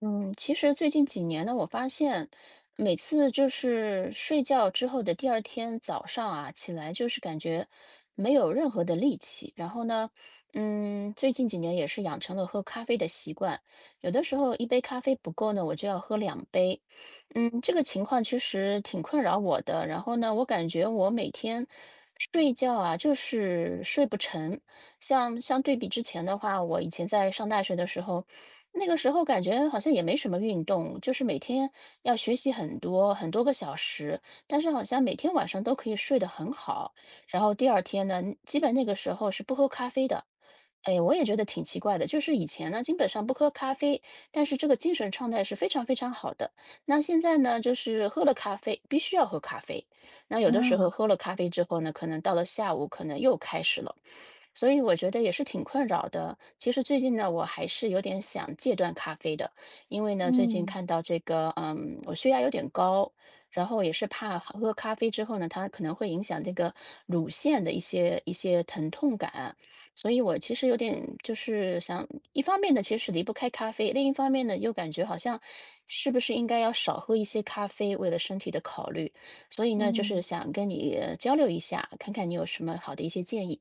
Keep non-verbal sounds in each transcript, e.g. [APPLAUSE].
嗯，其实最近几年呢，我发现每次就是睡觉之后的第二天早上啊，起来就是感觉没有任何的力气。然后呢，最近几年也是养成了喝咖啡的习惯，有的时候一杯咖啡不够呢，我就要喝两杯。这个情况其实挺困扰我的。然后呢，我感觉我每天睡觉啊，就是睡不成。像相对比之前的话，我以前在上大学的时候。那个时候感觉好像也没什么运动，就是每天要学习很多很多个小时，但是好像每天晚上都可以睡得很好，然后第二天呢，基本那个时候是不喝咖啡的。哎，我也觉得挺奇怪的，就是以前呢，基本上不喝咖啡，但是这个精神状态是非常非常好的。那现在呢，就是喝了咖啡，必须要喝咖啡。那有的时候啊，喝了咖啡之后呢，可能到了下午，可能又开始了。所以我觉得也是挺困扰的。其实最近呢，我还是有点想戒断咖啡的，因为呢，最近嗯，看到这个，我血压有点高，然后也是怕喝咖啡之后呢，它可能会影响这个乳腺的一些疼痛感啊，所以我其实有点就是想，一方面呢，其实是离不开咖啡，另一方面呢，又感觉好像是不是应该要少喝一些咖啡，为了身体的考虑，所以呢，就是嗯，想跟你交流一下，看看你有什么好的一些建议。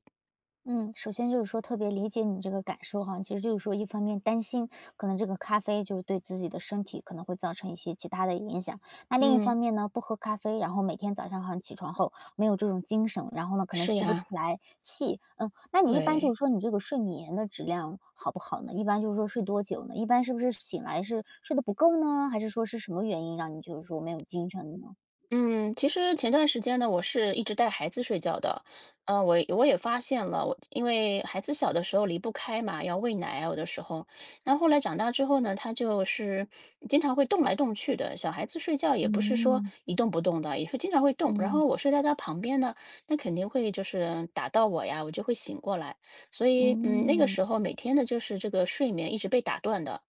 嗯，首先就是说特别理解你这个感受哈，其实就是说一方面担心可能这个咖啡就是对自己的身体可能会造成一些其他的影响，那另一嗯。方面呢，不喝咖啡，然后每天早上好像起床后没有这种精神，然后呢可能是提不呀，起来气，嗯，那你一般就对，是说你这个睡眠的质量好不好呢？一般就是说睡多久呢？一般是不是醒来是睡得不够呢？还是说是什么原因让你就是说没有精神呢？嗯，其实前段时间呢，我是一直带孩子睡觉的，我也发现了，我因为孩子小的时候离不开嘛，要喂奶啊有的时候，然后后来长大之后呢，他就是经常会动来动去的，小孩子睡觉也不是说嗯一动不动的，也是经常会动，然嗯后我睡在他旁边呢，那肯定会就是打到我呀，我就会醒过来，所以那个嗯时候每天的就是这个睡眠一直被打断的。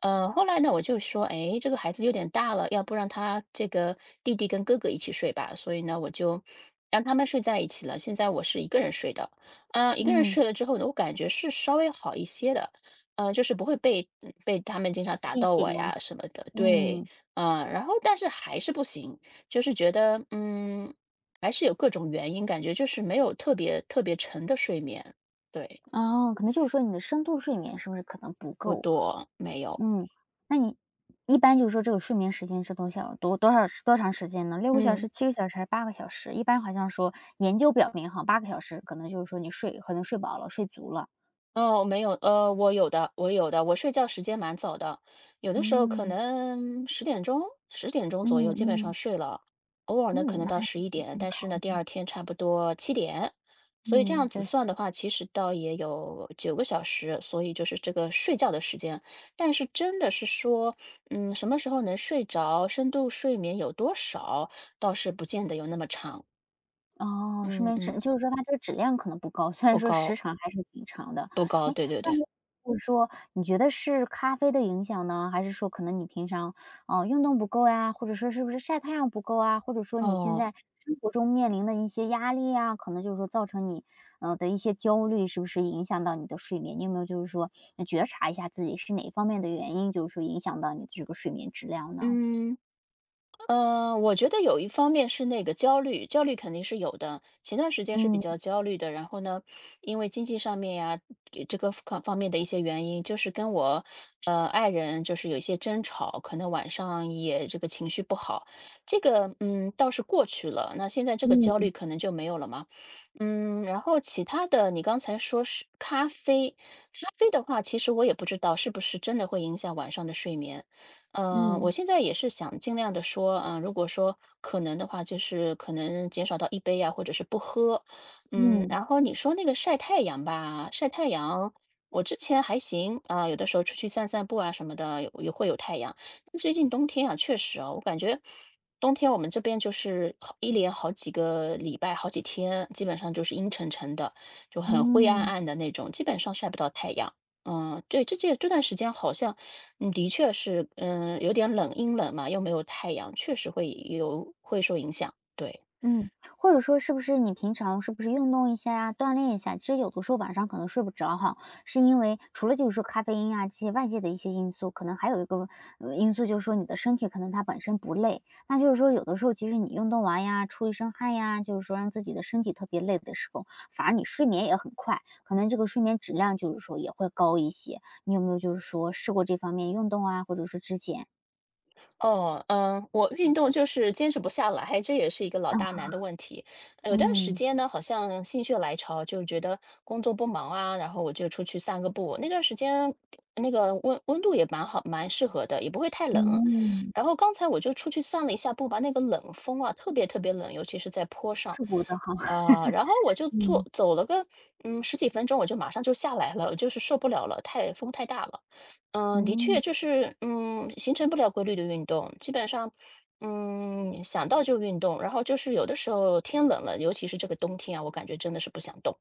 后来呢，我就说，哎，这个孩子有点大了，要不让他这个弟弟跟哥哥一起睡吧。所以呢，我就让他们睡在一起了。现在我是一个人睡的，一个人嗯。睡了之后呢，我感觉是稍微好一些的，就是不会被被他们经常打提到我醒啊，呀什么的。对，嗯，然后但是还是不行，就是觉得还是有各种原因，感觉就是没有特别特别沉的睡眠，对，哦，可能就是说你的深度睡眠是不是可能不不够？多，没有，嗯，那你一般就是说这个睡眠时间是多小多多少多长时间呢六个小嗯。时、七个小时还是八个小时？一般好像说研究表明哈八个小时可能就是说你睡可能睡饱了、睡足了。哦，没有，我有的，我睡觉时间蛮早的，有的时候可嗯，能十点钟左嗯右基本上嗯，睡了，偶尔嗯，呢可能那到还十是一挺点，健但是呢康，第二天差不多7点，所以这嗯，样子算的话，其实倒也有9个小时，所以就是这个睡觉的时间。但是真的是说，什么时候能睡着，深度睡眠有多少，倒是不见得有那么长。哦，睡嗯眠质嗯，就是说它这个质量可能不高，虽然不说时高长还是挺长的。不高，哎，对对那对，你就是说你觉得是咖啡的影响呢？还是说可能你平常，运动不够呀，或者说是不是晒太阳不够啊，或者说你现在哦，生活中面临的一些压力呀，可能就是说造成你，的一些焦虑，是不是影响到你的睡眠？你有没有就是说觉察一下自己是哪方面的原因，就是说影响到你的这个睡眠质量呢？嗯。我觉得有一方面是那个焦虑，焦虑肯定是有的。前段时间是比嗯，较焦虑的，然后呢，因为经济上面呀，这个方方面的一些原因，就是跟我爱人就是有一些争吵，可能晚上也这个情绪不好。这个倒是过去了，那现在这个焦嗯，虑可能就没有了嘛。然后其他的，你刚才说是咖啡，咖啡的话，其实我也不知道是不是真的会影响晚上的睡眠。我嗯，现在也是想尽量的说，如果说可能的话，就是可能减少到一杯啊，或者是不喝。嗯，然后你说那个晒太阳吧，晒太阳，我之前还行，有的时候出去散散步啊什么的，有也会有太阳。但最近冬天啊，确实啊，我感觉冬天我们这边就是好一连好几个礼拜、好几天，基本上就是阴沉沉的，就很灰暗嗯。暗的那种，基本上晒不到太阳。嗯，对，这段时间好像的确是，有点冷，阴冷嘛，又没有太阳，确实会受影响，对。嗯，或者说是不是你平常是不是运动一下呀，锻炼一下？其实有的时候晚上可能睡不着哈，是因为除了就是说咖啡因啊这些外界的一些因素，可能还有一个因素就是说你的身体可能它本身不累，那就是说有的时候其实你运动完呀，出一身汗呀，就是说让自己的身体特别累的时候，反而你睡眠也很快，可能这个睡眠质量就是说也会高一些。你有没有就是说试过这方面运动啊，或者说之前哦，我运动就是坚持不下来，这也是一个老啊，大难的问题。有段时嗯间呢，好像心血来潮，就觉得工作不忙啊，然后我就出去散个步。那段时间，那个温度也蛮好，蛮适合的，也不会太冷。嗯，然后刚才我就出去散了一下步吧，那个冷风啊，特别特别冷，尤其是在坡上。试过的哈，[LAUGHS] 然后我就嗯走了个十几分钟，我就马上就下来了，就是受不了了，太风太大了。的确，嗯。就是，形成不了规律的运动，基本上，想到就运动，然后就是有的时候天冷了，尤其是这个冬天啊，我感觉真的是不想动。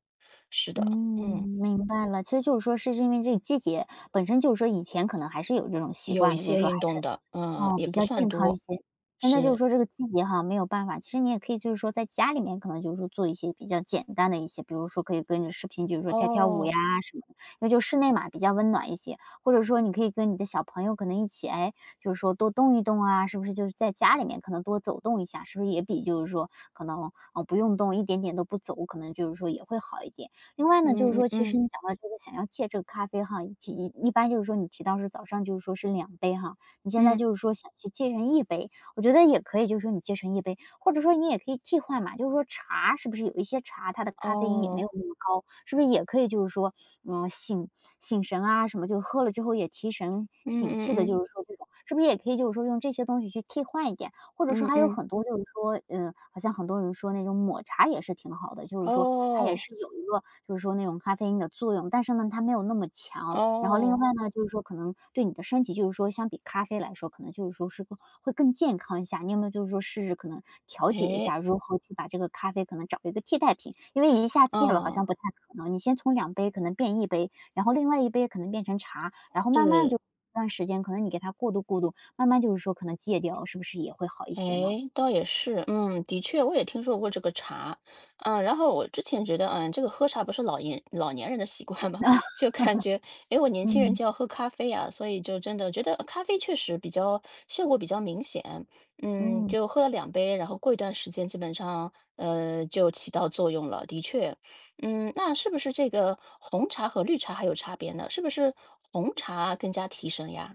是嗯，的，明白了。其实就是说是因为这个季节，本身就是说以前可能还是有这种习有一惯的，就是些说还运是动的，哦，也比不较算健康一多，些。现在就是是，说这个季节哈，没有办法，其实你也可以就是说在家里面可能就是说做一些比较简单的一些，比如说可以跟着视频，就是说跳跳舞呀哦，什么的，因为就室内嘛比较温暖一些，或者说你可以跟你的小朋友可能一起，哎，就是说多动一动啊，是不是就是在家里面可能多走动一下，是不是也比就是说可能不用动一点点都不走，可能就是说也会好一点。另外呢，就是嗯嗯说其实嗯你讲到这个想要戒这个咖啡哈，一般就是说你提到是早上就是说是两杯哈，你现在嗯，就是说想去接成一杯，我觉得也可以，就是说你接成一杯，或者说你也可以替换嘛，就是说茶是不是有一些茶，它的咖啡因也没哦，有那么高，是不是也可以就是说，嗯，醒醒神啊什么，就喝了之后也提神嗯醒气嗯的，嗯就是说这种，是不是也可以就是说用这些东西去替换一点？或者说嗯还有嗯，很多就是说，嗯，好像很多人说那种抹茶也是挺好的，就是说它也哦是有一个就是说那种咖啡因的作用，但是呢，它没有那么强。然后另外哦，呢，就是说可能对你的身体，就是说相比咖啡来说，可能就是说是个会更健康一下。你有没有就是说试试可能调节一诶，下，如何去把这个咖啡可能找一个替代品？因为一下戒了好嗯，像不太可能，你先从两杯可能变一杯，然后另外一杯可能变成茶，然后慢慢是。就一段时间可能你给它过渡过渡，慢慢就是说可能戒掉，是不是也会好一哎，些呢？倒也是，的确，我也听说过这个茶，然后我之前觉得，这个喝茶不是老年人的习惯嘛，[LAUGHS] [LAUGHS] 就感觉，哎，我年轻人嗯。就要喝咖啡呀、所以就真的觉得咖啡确实比较效果比较明显，嗯，就喝了两杯，然后过一段时间基本上，就起到作用了，的确，那是不是这个红茶和绿茶还有差别呢？是不是红茶更加提神呀？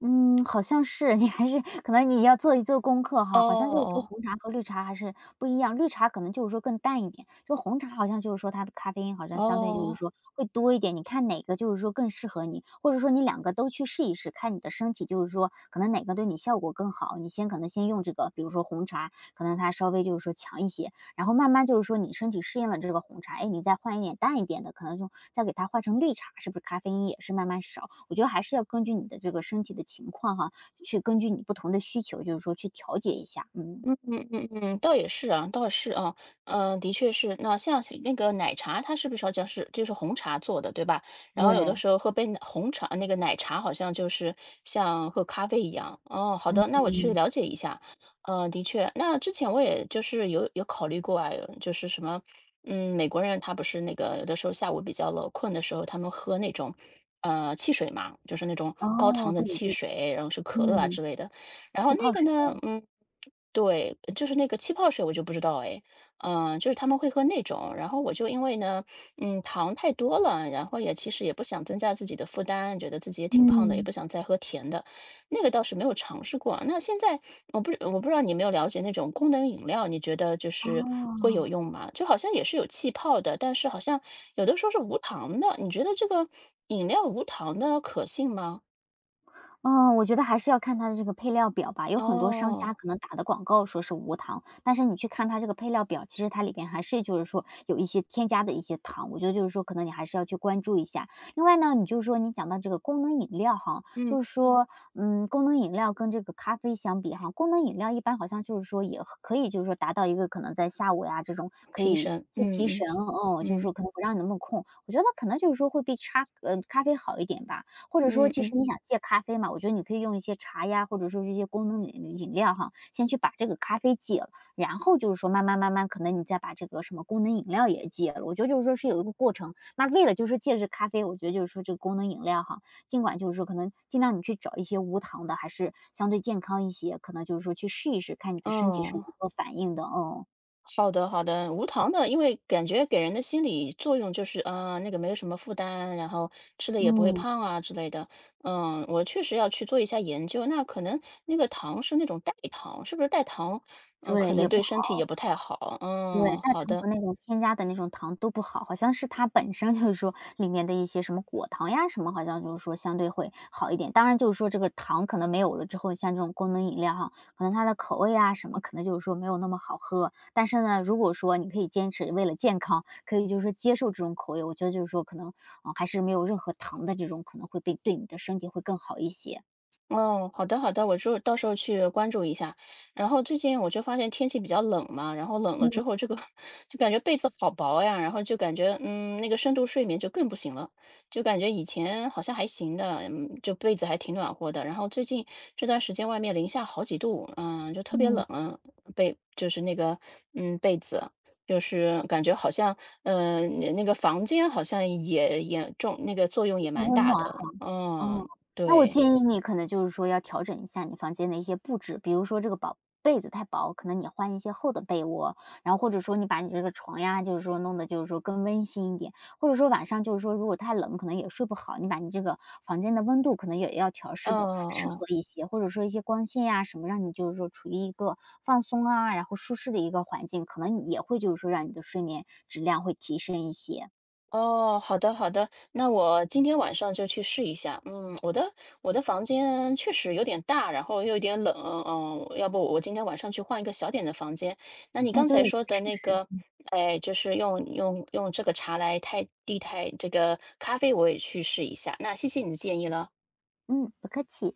嗯，好像是，你还是可能你要做一做功课哦哈，好像就是说哦红茶和绿茶还是不一样，绿茶可能就是说更淡一点，就红茶好像就是说它的咖啡因好像相对就是哦。说会多一点，你看哪个就是说更适合你，或者说你两个都去试一试，看你的身体就是说可能哪个对你效果更好，你先可能先用这个，比如说红茶，可能它稍微就是说强一些，然后慢慢就是说你身体适应了这个红茶，哎，你再换一点淡一点的，可能就再给它换成绿茶，是不是咖啡因也是慢慢少？我觉得还是要根据你的这个身体的情况哈，去根据你不同的需求，就是说去调节一下。嗯，嗯嗯嗯嗯，倒也是啊，倒也是啊，的确是。那像是那个奶茶，它是不是要就是红茶做的，对吧？然后有的对，时候喝杯奶红茶，那个奶茶好像就是像喝咖啡一样。哦，好的，那我去嗯，了解一下。的确，那之前我也就是有考虑过啊，就是什么，美国人他不是那个有的时候下午比较冷困的时候，他们喝那种汽水嘛，就是那种高糖哦，的对汽对，水，然后是可乐啊嗯，之类的。然后气那泡个水，呢，嗯，对，就是那个气泡水我就不知道哎，就是他们会喝那种，然后我就因为呢，糖太多了，然后也其实也不想增加自己的负担，觉得自己也挺胖的，也嗯，不想再喝甜的，那个倒是没有尝试过。那现在我不知道你有没有了解那种功能饮料，你觉得就是会有哦。用吗？就好像也是有气泡的，但是好像有的说是无糖的，你觉得这个饮料无糖的可信吗？嗯，我觉得还是要看它的这个配料表吧，有很多商家哦，可能打的广告说是无糖，但是你去看它这个配料表，其实它里边还是就是说有一些添加的一些糖，我觉得就是说可能你还是要去关注一下。另外呢，你就是说你讲到这个功能饮料哈，嗯，就是说，嗯，功能饮料跟这个咖啡相比哈，功能饮料一般好像就是说也可以就是说达到一个可能在下午呀这种可提以。神，去嗯提嗯。神，嗯，就是嗯说可能不让你那么困，我觉得可能就是说会比咖啡好一点吧。或者说嗯其嗯，实你想戒咖啡嘛，我觉得你可以用一些茶呀，或者说是一些功能饮料哈，先去把这个咖啡戒了，然后就是说慢慢慢慢，可能你再把这个什么功能饮料也戒了。我觉得就是说是有一个过程。那为了就是戒这咖啡，我觉得就是说这个功能饮料哈，尽管就是说可能尽量你去找一些无糖的，还是相对健康一些，可能就是说去试一试，看你的身体是如哦，何反应的。嗯，好的好的，无糖的，因为感觉给人的心理作用就是，那个没有什么负担，然后吃了也不会嗯，胖啊之类的。我确实要去做一下研究。那可能那个糖是那种代糖，是不是代糖？对，可能也不对身体好。也不太好。对，嗯，代好糖的。和那种添加的那种糖都不好，好像是它本身就是说里面的一些什么果糖呀什么，好像就是说相对会好一点。当然就是说这个糖可能没有了之后，像这种功能饮料哈，可能它的口味啊什么，可能就是说没有那么好喝。但是呢，如果说你可以坚持为了健康，可以就是说接受这种口味，我觉得就是说可能啊，还是没有任何糖的这种可能对你的身体会更好一些。哦，好的好的，我就到时候去关注一下。然后最近我就发现天气比较冷嘛，然后冷了嗯之后，这个 [LAUGHS] 就感觉被子好薄呀，然后就感觉那个深度睡眠就更不行了，就感觉以前好像还行的，就被子还挺暖和的。然后最近这段时间外面零下好几度，就特别嗯，冷，被就是那个被子。就是感觉好像，那个房间好像也重，那个作用也很蛮温大暖。的，哦，嗯，那我对。建议你可能就是说要调整一下你房间的一些布置，比如说这个薄被子太薄，可能你换一些厚的被窝，然后或者说你把你这个床呀，就是说弄得就是说更温馨一点，或者说晚上就是说如果太冷，可能也睡不好，你把你这个房间的温度可能也要调哦试的适哦合一些，或者说一些光线呀什么，让你就是说处于一个放松啊，然后舒适的一个环境，可能也会就是说让你的睡眠质量会提升一些。哦，好的好的，那我今天晚上就去试一下。嗯，我的房间确实有点大，然后又有点冷，要不我今天晚上去换一个小点的房间。那你哎，刚才对，说去的试那个，试。哎，就是用这个茶来代替这个咖啡，我也去试一下。那谢谢你的建议了。嗯，不客气。